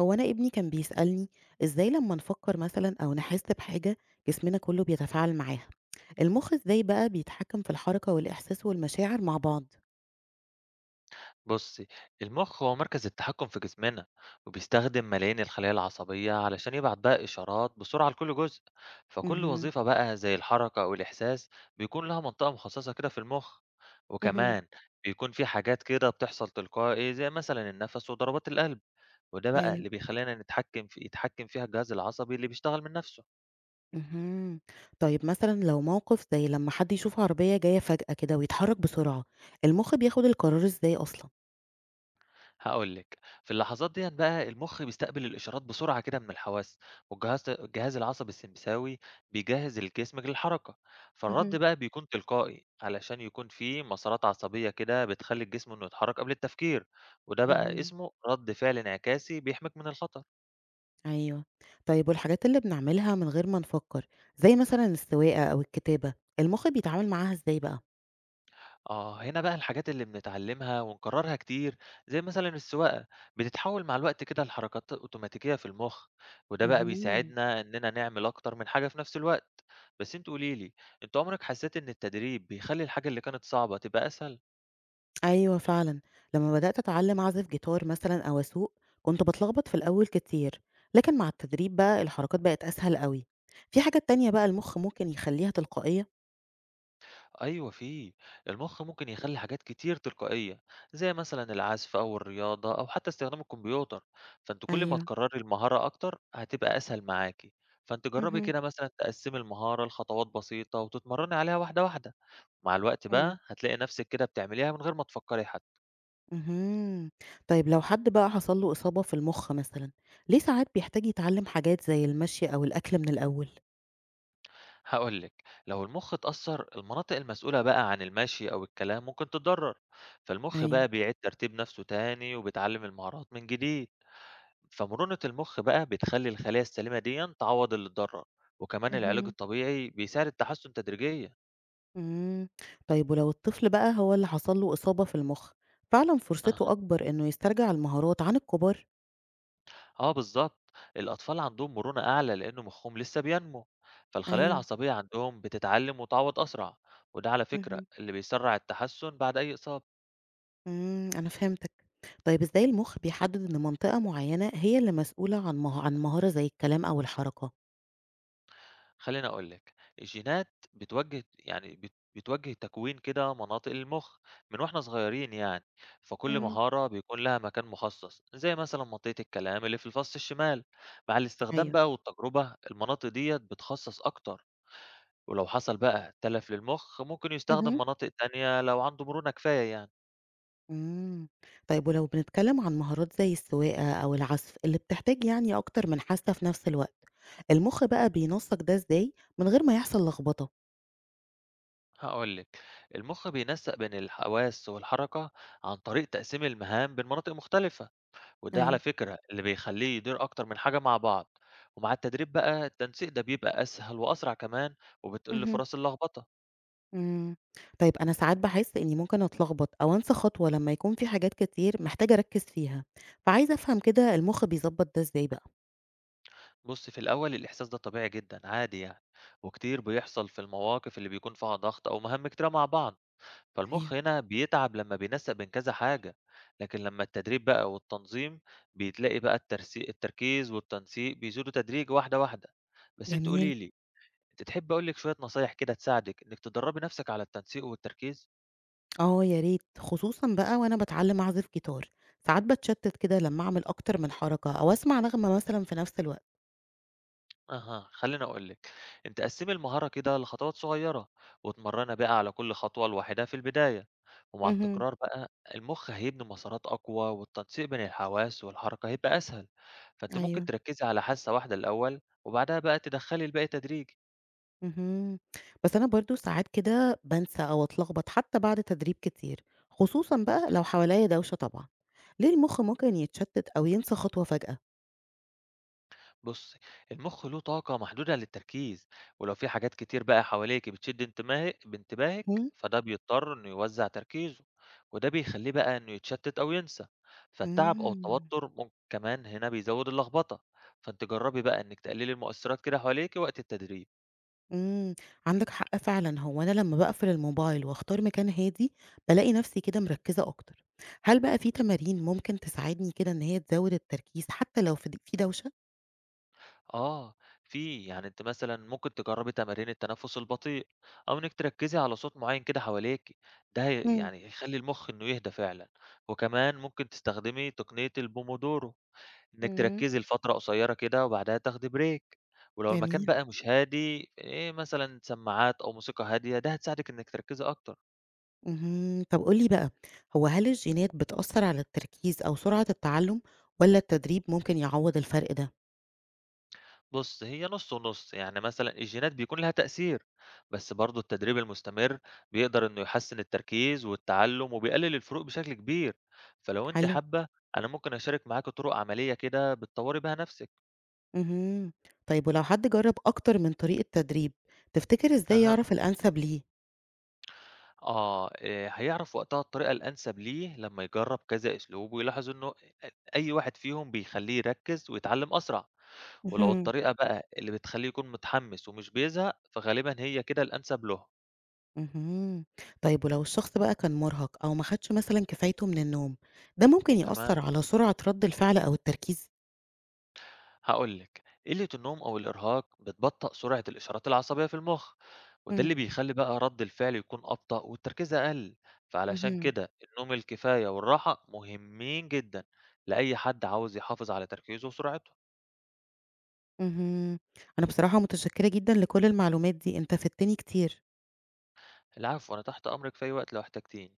هو أنا ابني كان بيسألني إزاي لما نفكر مثلا أو نحس بحاجة جسمنا كله بيتفاعل معاها. المخ إزاي بقى بيتحكم في الحركة والإحساس والمشاعر مع بعض؟ بصي، المخ هو مركز التحكم في جسمنا وبيستخدم ملايين الخلايا العصبية علشان يبعت بقى إشارات بسرعة لكل جزء، فكل مهم. وظيفة بقى زي الحركة أو الإحساس بيكون لها منطقة مخصصة كده في المخ. مهم. وكمان بيكون في حاجات كده بتحصل تلقائي زي مثلا النفس وضربات القلب، وده بقى أيوه، اللي بيخلينا نتحكم في يتحكم فيها الجهاز العصبي اللي بيشتغل من نفسه. مهم. طيب مثلا لو موقف زي لما حد يشوف عربية جاية فجأة كده ويتحرك بسرعة، المخ بياخد القرار إزاي أصلا؟ هاقول لِك، في اللحظات ديًّا بقى المُخ بيستقبل الإشارات بسرعة كده من الحواس، والجهاز العصبي السمساوي بيجهّز الجسم للحركة، فالرَّد مهم. بقى بيكون تلقائي علشان يكون في مسارات عصبية كده بتخلّي الجسم إنه يتحرك قبل التفكير، وده بقى مهم. اسمه رَد فعل انعكاسي بيحميك من الخطر. أيوه. طيب والحاجات اللي بنعملها من غير ما نفكر زي مثلا السواقة أو الكتابة، المخ بيتعامل معاها إزاي بقى؟ آه، هنا بقى الحاجات اللي بنتعلمها ونكررها كتير زي مثلا السواقة بتتحول مع الوقت كده لحركات أوتوماتيكية في المخ، وده بقى مهم. بيساعدنا إننا نعمل أكتر من حاجة في نفس الوقت. بس انت قوليلي، انت عمرك حسيت إن التدريب بيخلي الحاجة اللي كانت صعبة تبقى أسهل؟ أيوه فعلًا، لمّا بدأت أتعلّم أعزف جيتار مثلًا أو أسوق، كنت باتلخبط في الأول كتير، لكن مع التدريب بقى الحركات بقت أسهل أوي. في حاجات تانية بقى المُخ ممكن يخلّيها تلقائية؟ أيوة فيه، المخ ممكن يخلي حاجات كتير تلقائية زي مثلا العزف أو الرياضة أو حتى استخدام الكمبيوتر، فأنت كل ما أيوه. تكرري المهارة أكتر هتبقى أسهل معاكي. فأنت جربي اهم، كده مثلا تقسمي المهارة لخطوات بسيطة وتتمرني عليها واحدة واحدة، مع الوقت إمم. بقى هتلاقي نفسك كده بتعمليها من غير ما تفكري حتى. اهم. طيب لو حد بقى حصل له إصابة في المُخ مثلًا، ليه ساعات بيحتاج يتعلّم حاجات زي المشي أو الأكل من الأول؟ هقولك، لو المخ اتأثر المناطق المسؤولة بقى عن المشي أو الكلام ممكن تتضرر، فالمخ أيوه. بقى بيعيد ترتيب نفسه تاني وبيتعلم المهارات من جديد. فمرونة المخ بقى بتخلي الخلايا السليمة دي تعوض اللي اتضرر، وكمان العلاج اهم. الطبيعي بيساعد التحسن تدريجيا. إمم. طيب ولو الطفل بقى هو اللي حصل له إصابة في المُخ، فعلًا فرصته أها، أكبر إنه يسترجع المهارات عن الكبار؟ اه بالظبط، الأطفال عندهم مرونة أعلى لأن مخهم لسه بينمو، فالخلايا أيوه. العصبية عندهم بتتعلم وتعوض أسرع، وده على فكرة اهم. اللي بيسرع التحسن بعد أي إصابة. إمم، أنا فهمتك. طيب إزاي المُخ بيحدد إن منطقة معيّنة هي اللي مسؤولة عن مهارة زي الكلام أو الحركة؟ خليني أقول لك، الجينات بتوجه يعني بت بتوجه تكوين كده مناطق المخ من واحنا صغيرين يعني، فكل إمم، مهارة بيكون لها مكان مخصص، زي مثلا منطقة الكلام اللي في الفص الشمال، مع الاستخدام أيوه. بقى والتجربة المناطق ديّة بتخصص أكتر، ولو حصل بقى تلف للمخ ممكن يستخدم اهم. مناطق تانية لو عنده مرونة كفاية يعني. إمم. طيب ولو بنتكلم عن مهارات زي السواقة أو العزف اللي بتحتاج يعني أكتر من حاسة في نفس الوقت، المُخ بقى بينسّق ده إزاي من غير ما يحصل لخبطة؟ هاقول لك، المخ بينسق بين الحواس والحركة عن طريق تقسيم المهام بين مناطق مختلفة. وده على أيوه. فكرة اللي بيخليه يدير أكتر من حاجة مع بعض، ومع التدريب بقى التنسيق ده بيبقى أسهل وأسرع كمان وبتقل اهم. فرص اللخبطة. إمم. طيب أنا ساعات باحس إني ممكن أتلخبط أو أنسى خطوة لمّا يكون في حاجات كتير محتاجة أركّز فيها، فعايزة أفهم كده المُخ بيضبّط ده إزاي بقى؟ بص، في الأول الإحساس ده طبيعي جدا عادي يعني، وكتير بيحصل في المواقف اللي بيكون فيها ضغط أو مهام كتيرة مع بعض، فالمخ أيوه. هنا بيتعب لما بينسق بين كذا حاجة. لكن لما التدريب بقى والتنظيم بيتلاقي بقى التركيز والتنسيق بيزيدوا تدريج واحدة واحدة. بس انت جميل. قوليلي، انت تحب أقولك شوية نصايح كده تساعدك إنك تدربي نفسك على التنسيق والتركيز؟ آه، يا ريت، خصوصًا بقى وأنا باتعلّم أعزف جيتار، ساعات باتشتّت كده لمّا أعمل أكتر من حركة أو أسمع نغمة مثلًا في نفس الوقت. أها خليني أقول لك، أنت قسمي المهارة كده لخطوات صغيرة، واتمرني بقى على كل خطوة لوحدها في البداية، ومع اهم، التكرار بقى المخ هيبني مسارات أقوى والتنسيق بين الحواس والحركة هيبقى أسهل، فأنت ممكن أيوه. تركزي على حاسة واحدة الأول وبعدها بقى تدخلي الباقي تدريجي. اهم. بس أنا برضه ساعات كده بانسى أو أتلخبط حتى بعد تدريب كتير، خصوصًا بقى لو حواليّا دوشة طبعًا. ليه المُخ ممكن يتشتّت أو ينسى خطوة فجأة؟ بُصّي، المُخ له طاقة محدودة للتركيز، ولو في حاجات كتير بقى حواليكِ بتشد بانتباهِك، اهم، فده بيضطر إنه يوزّع تركيزه، وده بيخلّيه بقى إنه يتشتت أو ينسى، فالتعب أو إمم. التوتر كمان هنا بيزوّد اللخبطة، فأنتِ جرّبي بقى إنِّك تقللي المؤثرات كده حواليكِ وقت التدريب. إمم، عندك حق فعلًا، هو أنا لمّا باقفل الموبايل واختار مكان هادي، بالاقي نفسي كده مركّزة أكتر. هل بقى في تمارين ممكن تساعدني كده إن هي تزوّد التركيز حتى لو في دوشة؟ آه، في يعني أنتِ مثلًا ممكن تجربي تمارين التنفس البطيء، أو إنِّك تركزي على صوت معين كده حواليكِ، ده هي إمم، يعني هيخلّي المخ إنه يهدى فعلًا، وكمان ممكن تستخدمي تقنية البومودورو، إنِّك إمم. تركزي لفترة قصيرة كده وبعدها تاخدي بريك، ولو المكان جميل، بقى مش هادي، مثلًا سماعات أو موسيقى هادية، ده هتساعدِك إنِّك تركزي أكتر. اهم. طب قُل لي بقى، هو هل الجينات بتأثّر على التركيز أو سرعة التعلُّم والّا التدريب ممكن يعوّض الفرق ده؟ بُص، هي نُص ونُص، يعني مثلًا الجينات بيكون لها تأثير، بس برضه التدريب المستمر بيقدر إنه يحسّن التركيز والتعلُّم وبيقلل الفروق بشكل كبير، فلو أنتِ حلو، حابة أنا ممكن أشارك معاكِ طُرق عملية كده بتطوّري بيها نَفْسِك. اهم. طيب ولو حد جرّب أكتر من طريقة تدريب، تفتكر إزاي أها، يعرف الأنسب ليه؟ آه، هيعرف وقتها الطريقة الأنسب ليه لمّا يجرّب كذا أسلوب ويلاحظ إنه أي واحد فيهم بيخلّيه يركّز ويتعلِّم أسرع، ولو اهم. الطريقة بقى اللي بتخلّيه يكون متحمّس ومش بيزهق، فغالبًا هي كده الأنسب له. اهم. طيب ولو الشخص بقى كان مُرهق أو ما خدش مثلًا كفايته من النوم، ده ممكن تمام. يأثّر على سرعة رَد الفعل أو التركيز؟ هقول لك، قلة النوم أو الإرهاق بتبطئ سرعة الإشارات العصبية في المخ، وده اللي إمم. بيخلي بقى رد الفعل يكون أبطأ والتركيز أقل، فعلشان اهم، كده النوم الكفاية والراحة مهمين جدا لأي حد عاوز يحافظ على تركيزه وسرعته. اهم. أنا بصراحة متشكّرة جدًا لكل المعلومات دي، أنت فدتني كتير. العفو، أنا تحت أمرك في أي وقت لو احتجتيني.